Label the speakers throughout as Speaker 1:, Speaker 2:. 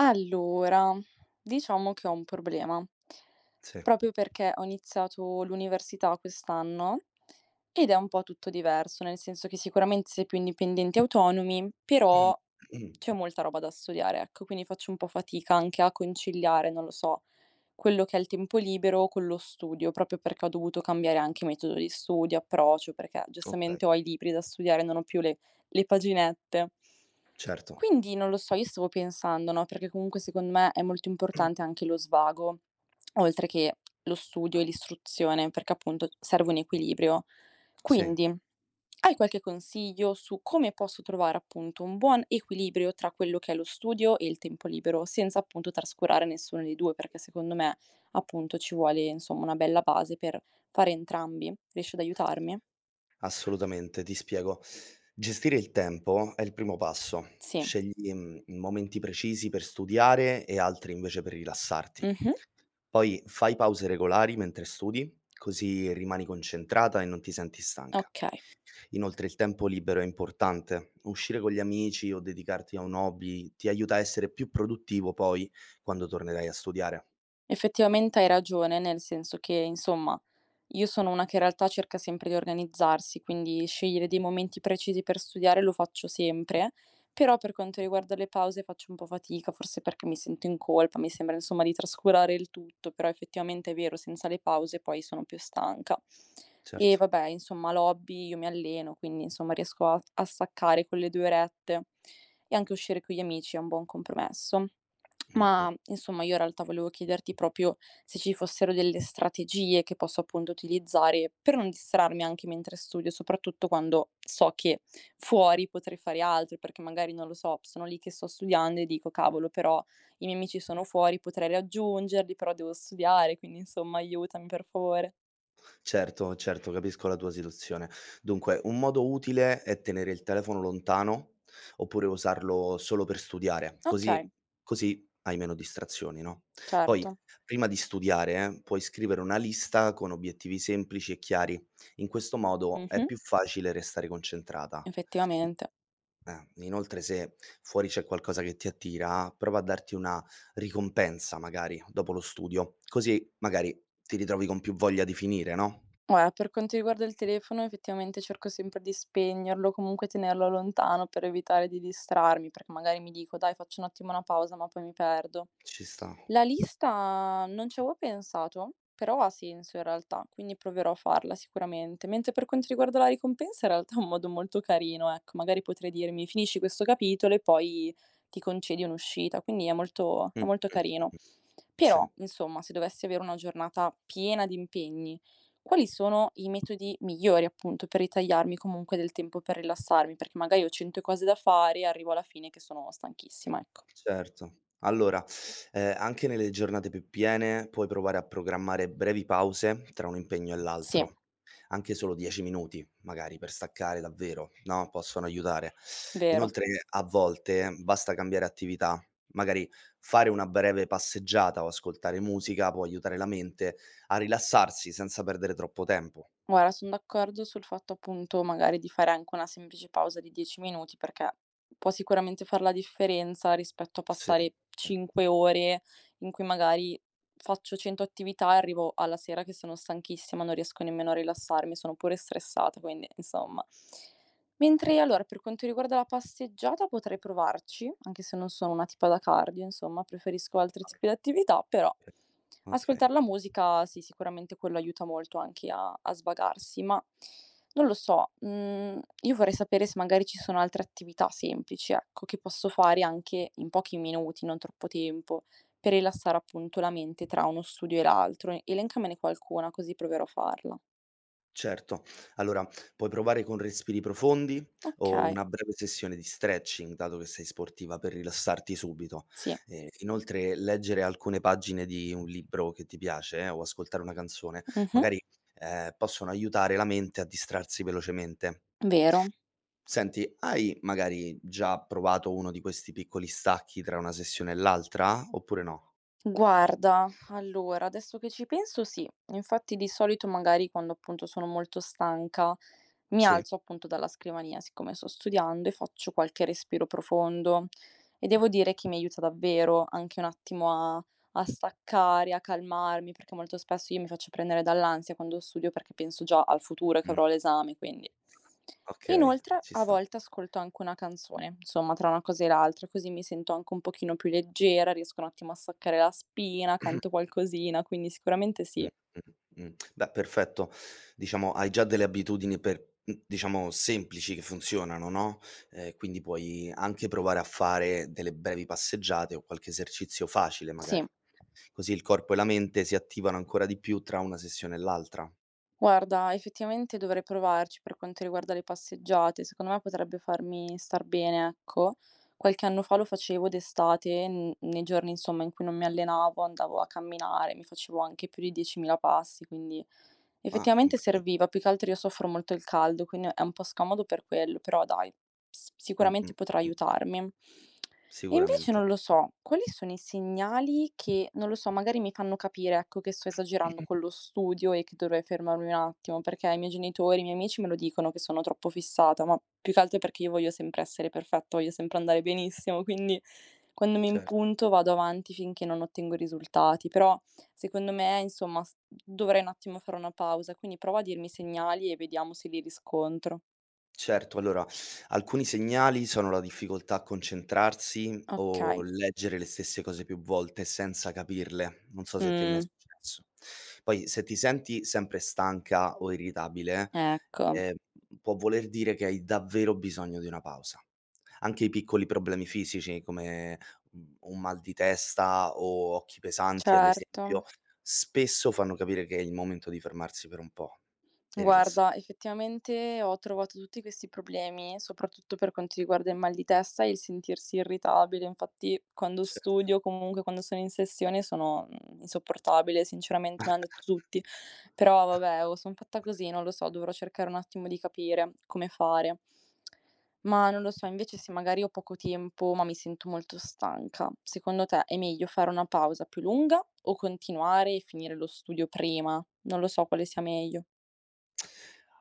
Speaker 1: Allora, diciamo che ho un problema,
Speaker 2: Sì.
Speaker 1: proprio perché ho iniziato l'università quest'anno ed è un po' tutto diverso, nel senso che sicuramente si è più indipendenti e autonomi, però c'è molta roba da studiare, ecco, quindi faccio un po' fatica anche a conciliare, non lo so, quello che è il tempo libero con lo studio, proprio perché ho dovuto cambiare anche metodo di studio, approccio, perché
Speaker 2: Okay,
Speaker 1: giustamente ho i libri da studiare, non ho più le paginette.
Speaker 2: certo.
Speaker 1: Quindi non lo so, io stavo pensando, no, perché comunque secondo me è molto importante anche lo svago, oltre che lo studio e l'istruzione, perché appunto serve un equilibrio.
Speaker 2: Sì,
Speaker 1: Quindi, hai qualche consiglio su come posso trovare appunto un buon equilibrio tra quello che è lo studio e il tempo libero, senza appunto trascurare nessuno dei 2, perché secondo me appunto ci vuole insomma una bella base per fare entrambi. Riesci ad aiutarmi?
Speaker 2: assolutamente, ti spiego. Gestire il tempo è il primo passo.
Speaker 1: Sì.
Speaker 2: Scegli, momenti precisi per studiare e altri invece per rilassarti.
Speaker 1: Mh-mh.
Speaker 2: Poi fai pause regolari mentre studi, così rimani concentrata e non ti senti stanca.
Speaker 1: Okay.
Speaker 2: Inoltre il tempo libero è importante. Uscire con gli amici o dedicarti a un hobby ti aiuta a essere più produttivo poi quando tornerai a studiare.
Speaker 1: Effettivamente hai ragione, nel senso che, insomma, io sono una che in realtà cerca sempre di organizzarsi, quindi scegliere dei momenti precisi per studiare lo faccio sempre, però per quanto riguarda le pause faccio un po' fatica, forse perché mi sento in colpa, mi sembra insomma di trascurare il tutto, però effettivamente è vero, senza le pause poi sono più stanca. E
Speaker 2: Certo.
Speaker 1: vabbè, insomma, l'hobby, io mi alleno, quindi insomma riesco a staccare quelle due orette e anche uscire con gli amici è un buon compromesso.
Speaker 2: Mh-mh.
Speaker 1: Ma insomma, io in realtà volevo chiederti proprio se ci fossero delle strategie che posso appunto utilizzare per non distrarmi anche mentre studio, soprattutto quando so che fuori potrei fare altro, perché magari non lo so, sono lì che sto studiando e dico cavolo, però i miei amici sono fuori, potrei raggiungerli, però devo studiare, quindi insomma, aiutami per favore.
Speaker 2: Certo, certo, capisco la tua situazione. Dunque, un modo utile è tenere il telefono lontano oppure usarlo solo per studiare, così
Speaker 1: Okay,
Speaker 2: così hai meno distrazioni, no. Poi
Speaker 1: certo.
Speaker 2: prima di studiare, puoi scrivere una lista con obiettivi semplici e chiari. In questo modo è
Speaker 1: Mh-mh,
Speaker 2: più facile restare concentrata. I
Speaker 1: effettivamente.
Speaker 2: inoltre se fuori c'è qualcosa che ti attira, prova a darti una ricompensa magari dopo lo studio, così magari ti ritrovi con più voglia di finire, no?
Speaker 1: Guarda, per quanto riguarda il telefono effettivamente cerco sempre di spegnerlo, comunque tenerlo lontano per evitare di distrarmi, perché magari mi dico: "Dai, faccio un attimo una pausa", ma poi mi perdo.
Speaker 2: Ci sta.
Speaker 1: La lista non ci avevo pensato, però ha senso in realtà, quindi proverò a farla sicuramente. Mentre per quanto riguarda la ricompensa in realtà è un modo molto carino, ecco, magari potrei dirmi: "Finisci questo capitolo e poi ti concedi un'uscita", quindi è molto
Speaker 2: Mh-mh.
Speaker 1: carino. Però,
Speaker 2: Sì,
Speaker 1: insomma, se dovessi avere una giornata piena di impegni quali sono i metodi migliori, appunto, per ritagliarmi comunque del tempo per rilassarmi? Perché magari ho 100 cose da fare e arrivo alla fine che sono stanchissima, ecco.
Speaker 2: certo. Allora, anche nelle giornate più piene puoi provare a programmare brevi pause tra un impegno e
Speaker 1: Sì,
Speaker 2: l'altro, anche solo 10 minuti magari per staccare davvero, no, possono aiutare.
Speaker 1: vero.
Speaker 2: Inoltre a volte basta cambiare attività, magari fare una breve passeggiata o ascoltare musica può aiutare la mente a rilassarsi senza perdere troppo tempo.
Speaker 1: Guarda, son d'accordo sul fatto appunto magari di fare anche una semplice pausa di 10 minuti, perché può sicuramente far la differenza rispetto a
Speaker 2: Sì,
Speaker 1: passare
Speaker 2: sì.
Speaker 1: 5 ore in cui magari faccio 100 attività e arrivo alla sera che sono stanchissima, non riesco nemmeno a rilassarmi, sono pure stressata, quindi insomma. Mentre allora per quanto riguarda la passeggiata potrei provarci, anche se non sono una tipa da cardio, insomma, preferisco altri
Speaker 2: Okay,
Speaker 1: tipi di attività, però ascoltar
Speaker 2: okay.
Speaker 1: la musica sì, sicuramente quello aiuta molto anche a svagarsi, ma non lo so, io vorrei sapere se magari ci sono altre attività semplici, ecco, che posso fare anche in pochi minuti, non troppo tempo, per rilassare appunto la mente tra uno studio e l'altro. E elencamene qualcuna così proverò a farla.
Speaker 2: Certo. Allora, puoi provare con respiri profondi o
Speaker 1: Okay,
Speaker 2: una breve sessione di stretching, dato che sei sportiva, per rilassarti subito.
Speaker 1: sì.
Speaker 2: Inoltre, leggere alcune pagine di un libro che ti piace, o ascoltare una canzone,
Speaker 1: Mh-mh.
Speaker 2: magari, possono aiutare la mente a distrarsi velocemente.
Speaker 1: Vero.
Speaker 2: Senti, hai magari già provato uno di questi piccoli stacchi tra una sessione e l'altra, oppure no?
Speaker 1: Guarda, allora adesso che ci penso sì, infatti di solito magari quando appunto sono molto stanca, mi
Speaker 2: Sì?
Speaker 1: alzo appunto dalla scrivania, siccome sto studiando, e faccio qualche respiro profondo e devo dire che mi aiuta davvero anche un attimo a a staccare, a calmarmi, perché molto spesso io mi faccio prendere dall'ansia quando studio perché penso già al futuro che
Speaker 2: Mm,
Speaker 1: avrò l'esame, quindi.
Speaker 2: ok,
Speaker 1: Inoltre
Speaker 2: ci
Speaker 1: a
Speaker 2: sta.
Speaker 1: volte ascolto anche una canzone, insomma tra una cosa e l'altra, così mi sento anche un pochino più leggera, riesco un attimo a staccare la spina, canto qualcosina, quindi sicuramente
Speaker 2: Mh,
Speaker 1: sì,
Speaker 2: Beh, perfetto. Diciamo, hai già delle abitudini per diciamo semplici che funzionano, no, quindi puoi anche provare a fare delle brevi passeggiate o qualche esercizio facile
Speaker 1: sì.
Speaker 2: magari. Così il corpo e la mente si attivano ancora di più tra una sessione e l'altra.
Speaker 1: Guarda, effettivamente dovrei provarci per quanto riguarda le passeggiate, secondo me potrebbe farmi star bene, ecco. Qualche anno fa lo facevo d'estate, nei giorni insomma in cui non mi allenavo, andavo a camminare, mi facevo anche più di 10.000 passi, quindi
Speaker 2: Ah,
Speaker 1: effettivamente
Speaker 2: complimen
Speaker 1: serviva, più che altro io soffro molto il caldo, quindi è un po' scomodo per quello, però dai,
Speaker 2: mh,
Speaker 1: sicuramente
Speaker 2: mh,
Speaker 1: potrà
Speaker 2: mh.
Speaker 1: aiutarmi. E invece
Speaker 2: Sicuramente,
Speaker 1: non lo so, quali sono i segnali che, non lo so, magari mi fanno capire, ecco, che sto esagerando con lo studio e che dovrei fermarmi un attimo, perché i miei genitori, i miei amici me lo dicono che sono troppo fissata, ma più che altro è perché io voglio sempre essere perfetta, voglio sempre andare benissimo, quindi quando mi
Speaker 2: cer
Speaker 1: impunto vado avanti finché non ottengo i risultati, però secondo me, insomma, dovrei un attimo fare una pausa, quindi prova a dirmi i segnali e vediamo se li riscontro.
Speaker 2: Certo, allora alcuni segnali sono la difficoltà a concentrarsi
Speaker 1: Ok,
Speaker 2: o leggere le stesse cose più volte senza capirle. Non so se ti è mai
Speaker 1: Mm,
Speaker 2: successo. Poi se ti senti sempre stanca o irritabile,
Speaker 1: ecco,
Speaker 2: ehm, può voler dire che hai davvero bisogno di una pausa. Anche i piccoli problemi fisici come un mal di testa o occhi pesanti, ad
Speaker 1: certo.
Speaker 2: esempio, spesso fanno capire che è il momento di fermarsi per un po' e rilassarsi.
Speaker 1: Guarda, effettivamente ho trovato tutti questi problemi, soprattutto per quanto riguarda il mal di testa e il sentirsi irritabile. Infatti, quando studio, comunque quando sono in sessione, sono insopportabile, sinceramente, me l'hanno detto tutti. Però
Speaker 2: Certo.
Speaker 1: vabbè, o sono fatta così, non lo so, dovrò cercare un attimo di capire come fare. Ma non lo so, invece se magari ho poco tempo, ma mi sento molto stanca, secondo te è meglio fare una pausa più lunga o continuare e finire lo studio prima? Non lo so quale sia meglio.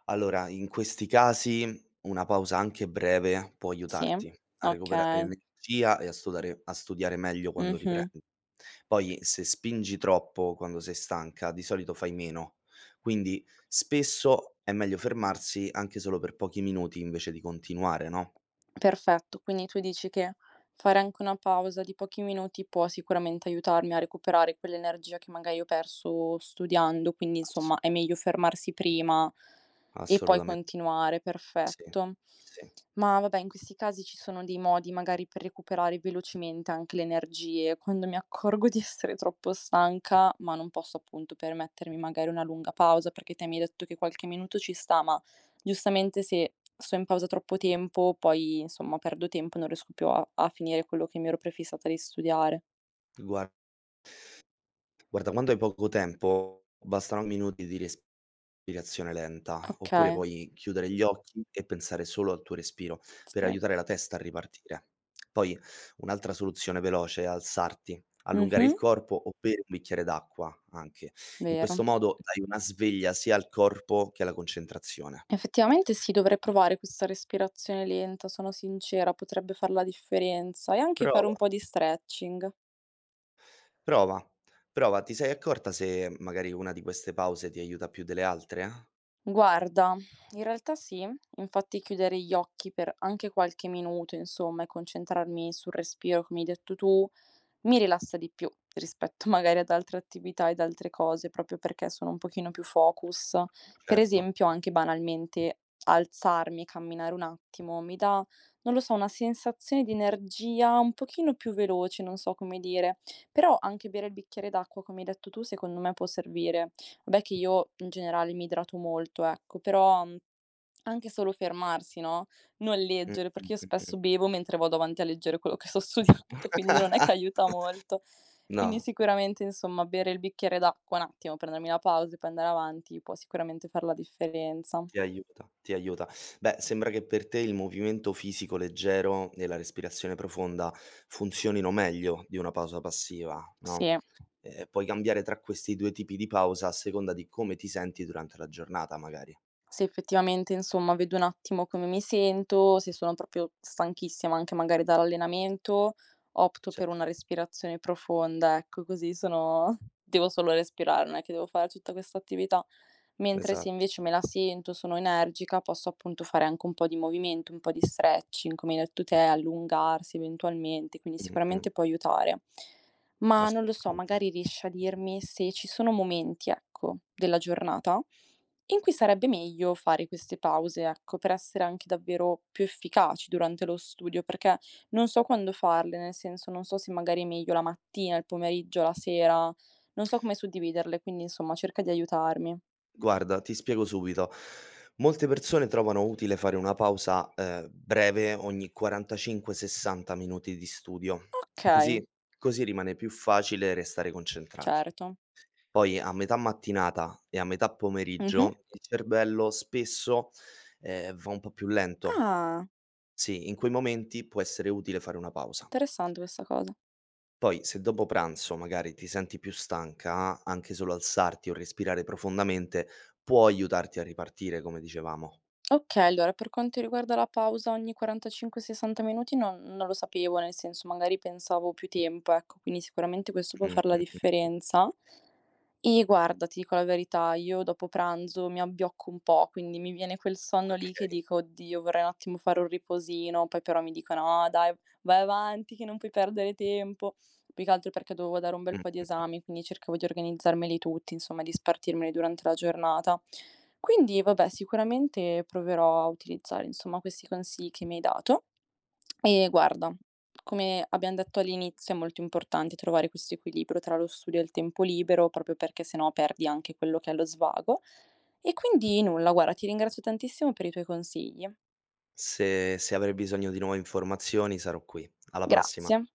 Speaker 2: Allora, in questi casi una pausa anche breve può
Speaker 1: Sì?
Speaker 2: aiutarti a recuperare
Speaker 1: Okay.
Speaker 2: energia e a studiare meglio quando
Speaker 1: Mh-mh.
Speaker 2: riprendi. Poi, se spingi troppo quando sei stanca, di solito fai meno. Quindi spesso è meglio fermarsi anche solo per pochi minuti invece di continuare, no?
Speaker 1: Perfetto. Quindi tu dici che fare anche una pausa di pochi minuti può sicuramente aiutarmi a recuperare quell'energia che magari ho perso studiando, quindi
Speaker 2: Ass
Speaker 1: insomma è meglio fermarsi prima e poi
Speaker 2: assolutamente.
Speaker 1: continuare,
Speaker 2: Sì,
Speaker 1: perfetto.
Speaker 2: sì.
Speaker 1: Ma vabbè, in questi casi ci sono dei modi magari per recuperare velocemente anche le energie, quando mi accorgo di essere troppo stanca, ma non posso appunto permettermi magari una lunga pausa, perché te mi hai detto che qualche minuto ci sta, ma giustamente se sto in pausa troppo tempo, poi insomma perdo tempo e non riesco più a finire quello che mi ero prefissata di studiare.
Speaker 2: Guarda Guarda, quando hai poco tempo bastano minuti di respirazione lenta, oppure
Speaker 1: Okay,
Speaker 2: puoi chiudere gli occhi e pensare solo al tuo respiro per
Speaker 1: sì.
Speaker 2: aiutare la testa a ripartire. Poi un'altra soluzione veloce è alzarti, allungare
Speaker 1: Mh-mh,
Speaker 2: il corpo o bere un bicchiere d'acqua anche. In questo
Speaker 1: vero.
Speaker 2: modo dai una sveglia sia al corpo che alla concentrazione.
Speaker 1: Effettivamente sì, dovrei provare questa respirazione lenta, sono sincera, potrebbe far la differenza e anche fare un
Speaker 2: Prova,
Speaker 1: po' di stretching.
Speaker 2: prova, prova. Ti sei accorta se magari una di queste pause ti aiuta più delle altre?
Speaker 1: Guarda, in realtà sì, infatti chiudere gli occhi per anche qualche minuto, insomma, e concentrarmi sul respiro, come hai detto tu, mi rilassa di più rispetto magari ad altre attività ed altre cose, proprio perché sono un pochino più focus. Per
Speaker 2: Certo.
Speaker 1: esempio anche banalmente alzarmi, camminare un attimo, mi dà, non lo so, una sensazione di energia un pochino più veloce, non so come dire. Però anche bere il bicchiere d'acqua, come hai detto tu, secondo me può servire. Vabbè che io in generale mi idrato molto, ecco, però anche solo fermarsi, no, non
Speaker 2: Mh,
Speaker 1: leggere,
Speaker 2: mh,
Speaker 1: perché io
Speaker 2: mh,
Speaker 1: spesso
Speaker 2: mh.
Speaker 1: bevo mentre vado avanti a leggere quello che sto studiando, quindi non è che aiuta molto. Quindi
Speaker 2: No,
Speaker 1: sicuramente, insomma, bere il bicchiere d'acqua un attimo, prendermi la pausa e poi andare avanti può sicuramente far la differenza.
Speaker 2: ti aiuta, ti aiuta. Beh, sembra che per te il movimento fisico leggero e la respirazione profonda funzionino meglio di una pausa passiva, no?
Speaker 1: Sì.
Speaker 2: E puoi cambiare tra questi due tipi di pausa a seconda di come ti senti durante la giornata, magari.
Speaker 1: Se effettivamente, insomma, vedo un attimo come mi sento, se sono proprio stanchissima anche magari dall'allenamento, opto per
Speaker 2: Certo,
Speaker 1: una respirazione profonda, ecco, così sono devo solo respirare, non è che devo fare tutta questa attività. Mentre se
Speaker 2: esatto.
Speaker 1: invece me la sento, sono energica, posso appunto fare anche un po' di movimento, un po' di stretching, come hai detto te, allungarsi eventualmente, quindi
Speaker 2: Mh-mh,
Speaker 1: sicuramente può aiutare. Ma non lo so,
Speaker 2: assolutamente.
Speaker 1: magari riesci a dirmi se ci sono momenti, ecco, della giornata in cui sarebbe meglio fare queste pause, ecco, per essere anche davvero più efficaci durante lo studio, perché non so quando farle, nel senso non so se magari è meglio la mattina, il pomeriggio, la sera, non so come suddividerle, quindi insomma cerca di aiutarmi.
Speaker 2: Guarda, ti spiego subito. Molte persone trovano utile fare una pausa, breve ogni 45, 60 minuti di studio.
Speaker 1: Okay,
Speaker 2: Così così rimane più facile restare concentrati.
Speaker 1: certo.
Speaker 2: Poi a metà mattinata e a metà
Speaker 1: Mh-mh.
Speaker 2: pomeriggio il cervello spesso, va un po' più lento.
Speaker 1: Ah,
Speaker 2: Sì, in quei momenti può essere utile fare una pausa.
Speaker 1: interessante questa cosa.
Speaker 2: Poi se dopo pranzo magari ti senti più stanca, anche solo alzarti o respirare profondamente può aiutarti a ripartire, come dicevamo.
Speaker 1: Okay, allora per quanto riguarda la pausa ogni 45, 60 minuti non lo sapevo, nel senso magari pensavo più tempo, ecco, quindi sicuramente questo può far la
Speaker 2: Mh-mh.
Speaker 1: differenza. E guarda, ti dico la verità, io dopo pranzo mi abbiocco un po', quindi mi viene quel sonno lì che
Speaker 2: Okay.
Speaker 1: dico: "Oddio, vorrei un attimo fare un riposino", poi però mi dico: "No dai, vai avanti che non puoi perdere tempo". Più che altro perché dovevo dare un bel po' di
Speaker 2: Mh.
Speaker 1: esami, quindi cercavo di organizzarmeli tutti, insomma di spartirmeli durante la giornata. Quindi vabbè, sicuramente proverò a utilizzare, insomma, questi consigli che mi hai dato e guarda, come abbiamo detto all'inizio, è molto importante trovare questo equilibrio tra lo studio e il tempo libero, proprio perché sennò perdi anche quello che è lo svago. E quindi nulla, guarda, ti ringrazio tantissimo per i tuoi consigli.
Speaker 2: Se avrai bisogno di nuove informazioni sarò qui. Alla prossima.
Speaker 1: Grazie.